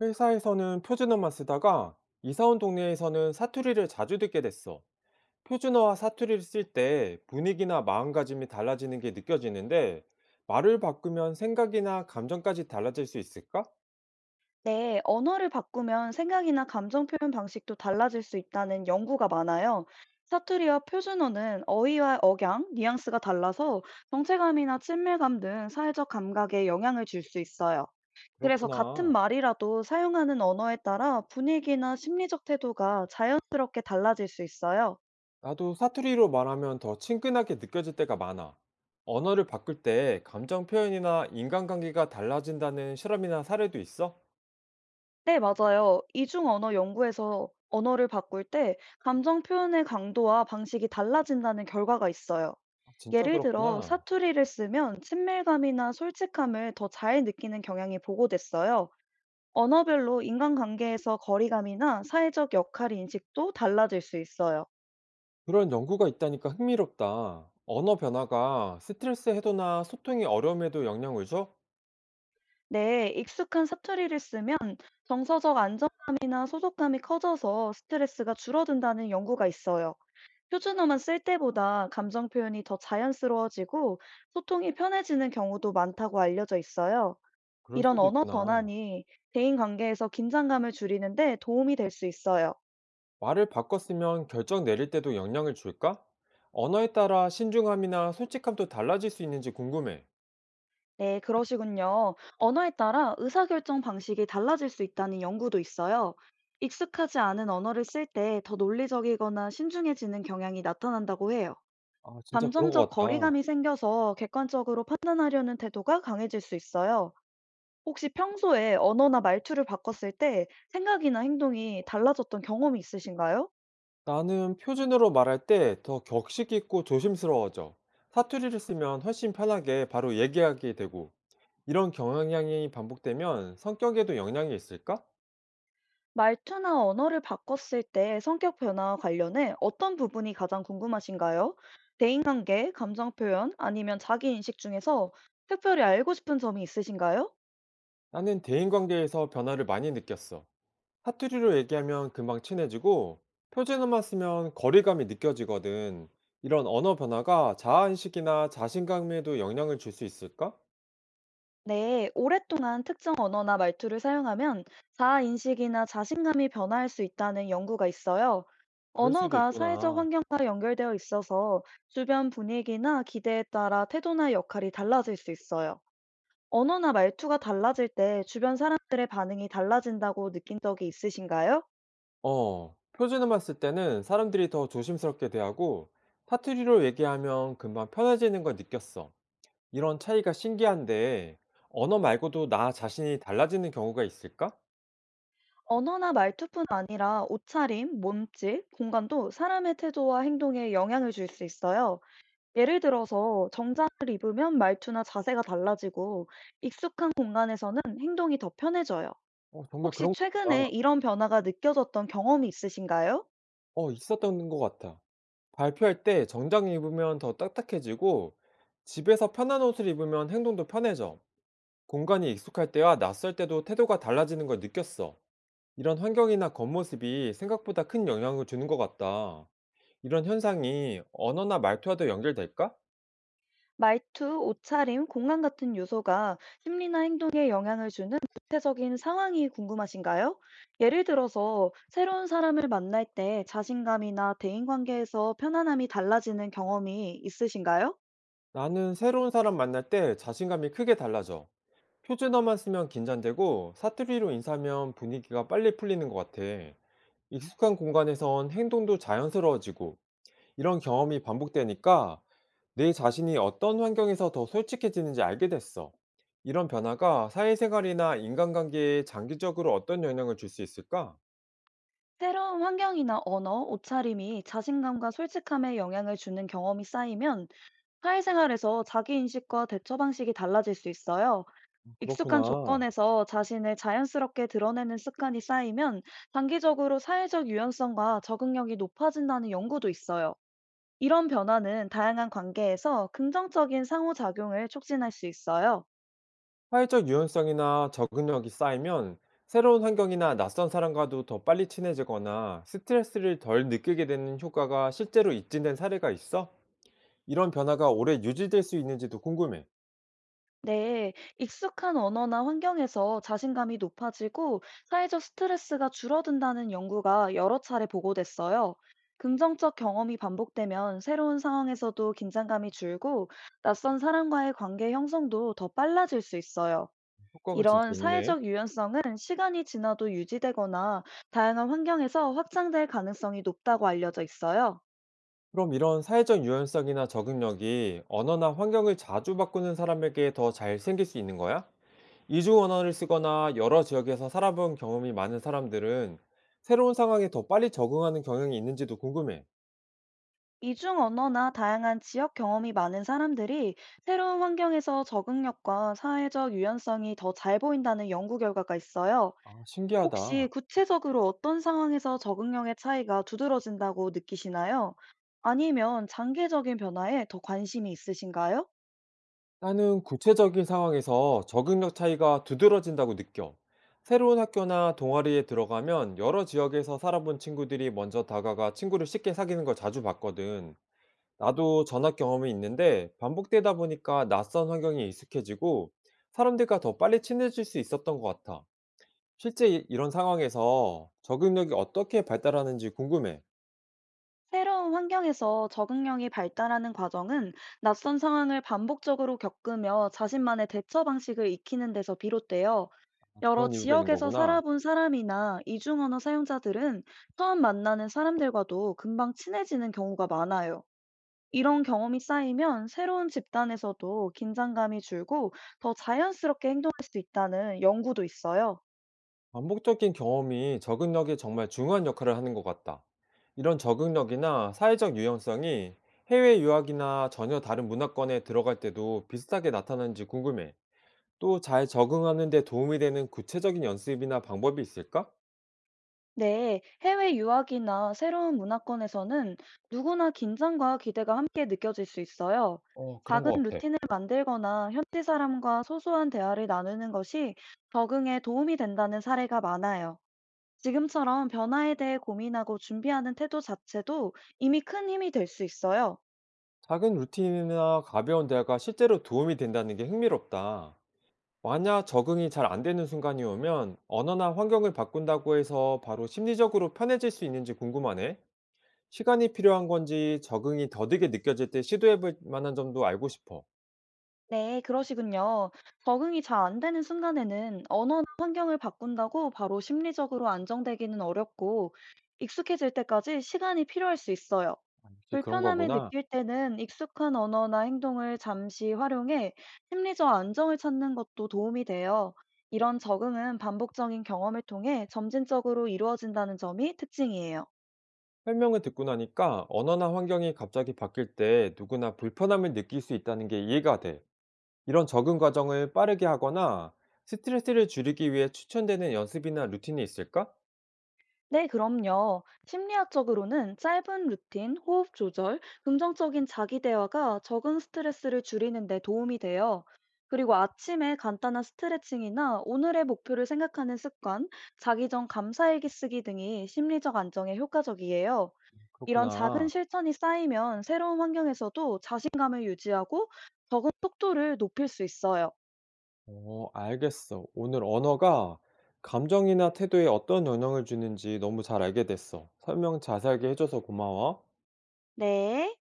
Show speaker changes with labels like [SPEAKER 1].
[SPEAKER 1] 회사에서는 표준어만 쓰다가 이사 온 동네에서는 사투리를 자주 듣게 됐어. 표준어와 사투리를 쓸 때 분위기나 마음가짐이 달라지는 게 느껴지는데 말을 바꾸면 생각이나 감정까지 달라질 수 있을까?
[SPEAKER 2] 네, 언어를 바꾸면 생각이나 감정 표현 방식도 달라질 수 있다는 연구가 많아요. 사투리와 표준어는 어휘와 억양, 뉘앙스가 달라서 정체감이나 친밀감 등 사회적 감각에 영향을 줄 수 있어요. 그래서 같은
[SPEAKER 1] 그렇구나.
[SPEAKER 2] 말이라도 사용하는 언어에 따라 분위기나 심리적 태도가 자연스럽게 달라질 수 있어요.
[SPEAKER 1] 나도 사투리로 말하면 더 친근하게 느껴질 때가 많아. 언어를 바꿀 때 감정 표현이나 인간관계가 달라진다는 실험이나 사례도 있어?
[SPEAKER 2] 네, 맞아요. 이중 언어 연구에서 언어를 바꿀 때 감정 표현의 강도와 방식이 달라진다는 결과가 있어요.
[SPEAKER 1] 아, 진짜
[SPEAKER 2] 예를 들어,
[SPEAKER 1] 그렇구나.
[SPEAKER 2] 사투리를 쓰면 친밀감이나 솔직함을 더 잘 느끼는 경향이 보고됐어요. 언어별로 인간관계에서 거리감이나 사회적 역할 인식도 달라질 수 있어요.
[SPEAKER 1] 그런 연구가 있다니까 흥미롭다. 언어 변화가 스트레스 해소나 소통의 어려움에도 영향을 줘?
[SPEAKER 2] 네, 익숙한 사투리를 쓰면 정서적 안정감이나 소속감이 커져서 스트레스가 줄어든다는 연구가 있어요. 표준어만 쓸 때보다 감정 표현이 더 자연스러워지고 소통이 편해지는 경우도 많다고 알려져 있어요.
[SPEAKER 1] 그럴
[SPEAKER 2] 이런
[SPEAKER 1] 수도
[SPEAKER 2] 언어
[SPEAKER 1] 있구나.
[SPEAKER 2] 전환이 대인 관계에서 긴장감을 줄이는데 도움이 될 수 있어요.
[SPEAKER 1] 말을 바꿨으면 결정 내릴 때도 영향을 줄까? 언어에 따라 신중함이나 솔직함도 달라질 수 있는지 궁금해.
[SPEAKER 2] 네, 그러시군요. 언어에 따라 의사결정 방식이 달라질 수 있다는 연구도 있어요. 익숙하지 않은 언어를 쓸 때 더 논리적이거나 신중해지는 경향이 나타난다고 해요.
[SPEAKER 1] 아, 진짜 그런
[SPEAKER 2] 감정적
[SPEAKER 1] 것 같다.
[SPEAKER 2] 거리감이 생겨서 객관적으로 판단하려는 태도가 강해질 수 있어요. 혹시 평소에 언어나 말투를 바꿨을 때 생각이나 행동이 달라졌던 경험이 있으신가요?
[SPEAKER 1] 나는 표준어로 말할 때 더 격식 있고 조심스러워져. 사투리를 쓰면 훨씬 편하게 바로 얘기하게 되고, 이런 경향이 반복되면 성격에도 영향이 있을까?
[SPEAKER 2] 말투나 언어를 바꿨을 때 성격 변화와 관련해 어떤 부분이 가장 궁금하신가요? 대인관계, 감정 표현, 아니면 자기 인식 중에서 특별히 알고 싶은 점이 있으신가요?
[SPEAKER 1] 나는 대인관계에서 변화를 많이 느꼈어. 사투리로 얘기하면 금방 친해지고, 표준어만 쓰면 거리감이 느껴지거든. 이런 언어 변화가 자아인식이나 자신감에도 영향을 줄 수 있을까?
[SPEAKER 2] 네, 오랫동안 특정 언어나 말투를 사용하면 자아 인식이나 자신감이 변화할 수 있다는 연구가 있어요.
[SPEAKER 1] 그럴 수도
[SPEAKER 2] 언어가 사회적
[SPEAKER 1] 있구나.
[SPEAKER 2] 환경과 연결되어 있어서 주변 분위기나 기대에 따라 태도나 역할이 달라질 수 있어요. 언어나 말투가 달라질 때 주변 사람들의 반응이 달라진다고 느낀 적이 있으신가요?
[SPEAKER 1] 어, 표준어만 쓸 때는 사람들이 더 조심스럽게 대하고 사투리로 얘기하면 금방 편해지는 걸 느꼈어. 이런 차이가 신기한데 언어 말고도 나 자신이 달라지는 경우가 있을까?
[SPEAKER 2] 언어나 말투뿐 아니라 옷차림, 몸짓, 공간도 사람의 태도와 행동에 영향을 줄 수 있어요. 예를 들어서 정장을 입으면 말투나 자세가 달라지고 익숙한 공간에서는 행동이 더 편해져요.
[SPEAKER 1] 어, 정말
[SPEAKER 2] 혹시
[SPEAKER 1] 그런 거다.
[SPEAKER 2] 최근에 이런 변화가 느껴졌던 경험이 있으신가요?
[SPEAKER 1] 어, 있었던 것 같아. 발표할 때 정장 입으면 더 딱딱해지고 집에서 편한 옷을 입으면 행동도 편해져. 공간이 익숙할 때와 낯설 때도 태도가 달라지는 걸 느꼈어. 이런 환경이나 겉모습이 생각보다 큰 영향을 주는 것 같다. 이런 현상이 언어나 말투와도 연결될까?
[SPEAKER 2] 말투, 옷차림, 공간 같은 요소가 심리나 행동에 영향을 주는 구체적인 상황이 궁금하신가요? 예를 들어서 새로운 사람을 만날 때 자신감이나 대인관계에서 편안함이 달라지는 경험이 있으신가요?
[SPEAKER 1] 나는 새로운 사람 만날 때 자신감이 크게 달라져. 표준어만 쓰면 긴장되고 사투리로 인사하면 분위기가 빨리 풀리는 것 같아. 익숙한 공간에선 행동도 자연스러워지고 이런 경험이 반복되니까 내 자신이 어떤 환경에서 더 솔직해지는지 알게 됐어. 이런 변화가 사회생활이나 인간관계에 장기적으로 어떤 영향을 줄 수 있을까?
[SPEAKER 2] 새로운 환경이나 언어, 옷차림이 자신감과 솔직함에 영향을 주는 경험이 쌓이면 사회생활에서 자기인식과 대처 방식이 달라질 수 있어요. 익숙한
[SPEAKER 1] 그렇구나.
[SPEAKER 2] 조건에서 자신을 자연스럽게 드러내는 습관이 쌓이면 장기적으로 사회적 유연성과 적응력이 높아진다는 연구도 있어요. 이런 변화는 다양한 관계에서 긍정적인 상호작용을 촉진할 수 있어요.
[SPEAKER 1] 사회적 유연성이나 적응력이 쌓이면 새로운 환경이나 낯선 사람과도 더 빨리 친해지거나 스트레스를 덜 느끼게 되는 효과가 실제로 입증된 사례가 있어? 이런 변화가 오래 유지될 수 있는지도 궁금해.
[SPEAKER 2] 네, 익숙한 언어나 환경에서 자신감이 높아지고 사회적 스트레스가 줄어든다는 연구가 여러 차례 보고됐어요. 긍정적 경험이 반복되면 새로운 상황에서도 긴장감이 줄고 낯선 사람과의 관계 형성도 더 빨라질 수 있어요.
[SPEAKER 1] 효과가 진짜
[SPEAKER 2] 이런
[SPEAKER 1] 있네.
[SPEAKER 2] 사회적 유연성은 시간이 지나도 유지되거나 다양한 환경에서 확장될 가능성이 높다고 알려져 있어요.
[SPEAKER 1] 그럼 이런 사회적 유연성이나 적응력이 언어나 환경을 자주 바꾸는 사람에게 더 잘 생길 수 있는 거야? 이주 언어를 쓰거나 여러 지역에서 살아본 경험이 많은 사람들은 새로운 상황에 더 빨리 적응하는 경향이 있는지도 궁금해.
[SPEAKER 2] 이중 언어나 다양한 지역 경험이 많은 사람들이 새로운 환경에서 적응력과 사회적 유연성이 더 잘 보인다는 연구 결과가 있어요.
[SPEAKER 1] 아,
[SPEAKER 2] 혹시
[SPEAKER 1] 신기하다.
[SPEAKER 2] 구체적으로 어떤 상황에서 적응력의 차이가 두드러진다고 느끼시나요? 아니면 장기적인 변화에 더 관심이 있으신가요?
[SPEAKER 1] 나는 구체적인 상황에서 적응력 차이가 두드러진다고 느껴. 새로운 학교나 동아리에 들어가면 여러 지역에서 살아본 친구들이 먼저 다가가 친구를 쉽게 사귀는 걸 자주 봤거든. 나도 전학 경험이 있는데 반복되다 보니까 낯선 환경에 익숙해지고 사람들과 더 빨리 친해질 수 있었던 것 같아. 실제 이런 상황에서 적응력이 어떻게 발달하는지 궁금해.
[SPEAKER 2] 새로운 환경에서 적응력이 발달하는 과정은 낯선 상황을 반복적으로 겪으며 자신만의 대처 방식을 익히는 데서 비롯돼요.
[SPEAKER 1] 아,
[SPEAKER 2] 여러
[SPEAKER 1] 그런 이유가 있는
[SPEAKER 2] 지역에서
[SPEAKER 1] 거구나.
[SPEAKER 2] 살아본 사람이나 이중 언어 사용자들은 처음 만나는 사람들과도 금방 친해지는 경우가 많아요. 이런 경험이 쌓이면 새로운 집단에서도 긴장감이 줄고 더 자연스럽게 행동할 수 있다는 연구도 있어요.
[SPEAKER 1] 반복적인 경험이 적응력에 정말 중요한 역할을 하는 것 같다. 이런 적응력이나 사회적 유연성이 해외 유학이나 전혀 다른 문화권에 들어갈 때도 비슷하게 나타나는지 궁금해. 또 잘 적응하는 데 도움이 되는 구체적인 연습이나 방법이 있을까?
[SPEAKER 2] 네, 해외 유학이나 새로운 문화권에서는 누구나 긴장과 기대가 함께 느껴질 수 있어요.
[SPEAKER 1] 어, 그런
[SPEAKER 2] 작은
[SPEAKER 1] 것 같아.
[SPEAKER 2] 루틴을 만들거나 현지 사람과 소소한 대화를 나누는 것이 적응에 도움이 된다는 사례가 많아요. 지금처럼 변화에 대해 고민하고 준비하는 태도 자체도 이미 큰 힘이 될 수 있어요.
[SPEAKER 1] 작은 루틴이나 가벼운 대화가 실제로 도움이 된다는 게 흥미롭다. 만약 적응이 잘 안 되는 순간이 오면 언어나 환경을 바꾼다고 해서 바로 심리적으로 편해질 수 있는지 궁금하네. 시간이 필요한 건지 적응이 더디게 느껴질 때 시도해 볼 만한 점도 알고 싶어.
[SPEAKER 2] 네, 그러시군요. 적응이 잘 안 되는 순간에는 언어나 환경을 바꾼다고 바로 심리적으로 안정되기는 어렵고 익숙해질 때까지 시간이 필요할 수 있어요.
[SPEAKER 1] 혹시 그런
[SPEAKER 2] 불편함을
[SPEAKER 1] 거구나.
[SPEAKER 2] 느낄 때는 익숙한 언어나 행동을 잠시 활용해 심리적 안정을 찾는 것도 도움이 돼요. 이런 적응은 반복적인 경험을 통해 점진적으로 이루어진다는 점이 특징이에요.
[SPEAKER 1] 설명을 듣고 나니까 언어나 환경이 갑자기 바뀔 때 누구나 불편함을 느낄 수 있다는 게 이해가 돼. 이런 적응 과정을 빠르게 하거나 스트레스를 줄이기 위해 추천되는 연습이나 루틴이 있을까?
[SPEAKER 2] 네, 그럼요. 심리학적으로는 짧은 루틴, 호흡 조절, 긍정적인 자기 대화가 적은 스트레스를 줄이는 데 도움이 돼요. 그리고 아침에 간단한 스트레칭이나 오늘의 목표를 생각하는 습관, 자기 전 감사일기 쓰기 등이 심리적 안정에 효과적이에요. 이런 작은
[SPEAKER 1] 그렇구나.
[SPEAKER 2] 실천이 쌓이면 새로운 환경에서도 자신감을 유지하고 적은 속도를 높일 수 있어요.
[SPEAKER 1] 어, 알겠어. 오늘 언어가 감정이나 태도에 어떤 영향을 주는지 너무 잘 알게 됐어. 설명 자세하게 해줘서 고마워.
[SPEAKER 2] 네.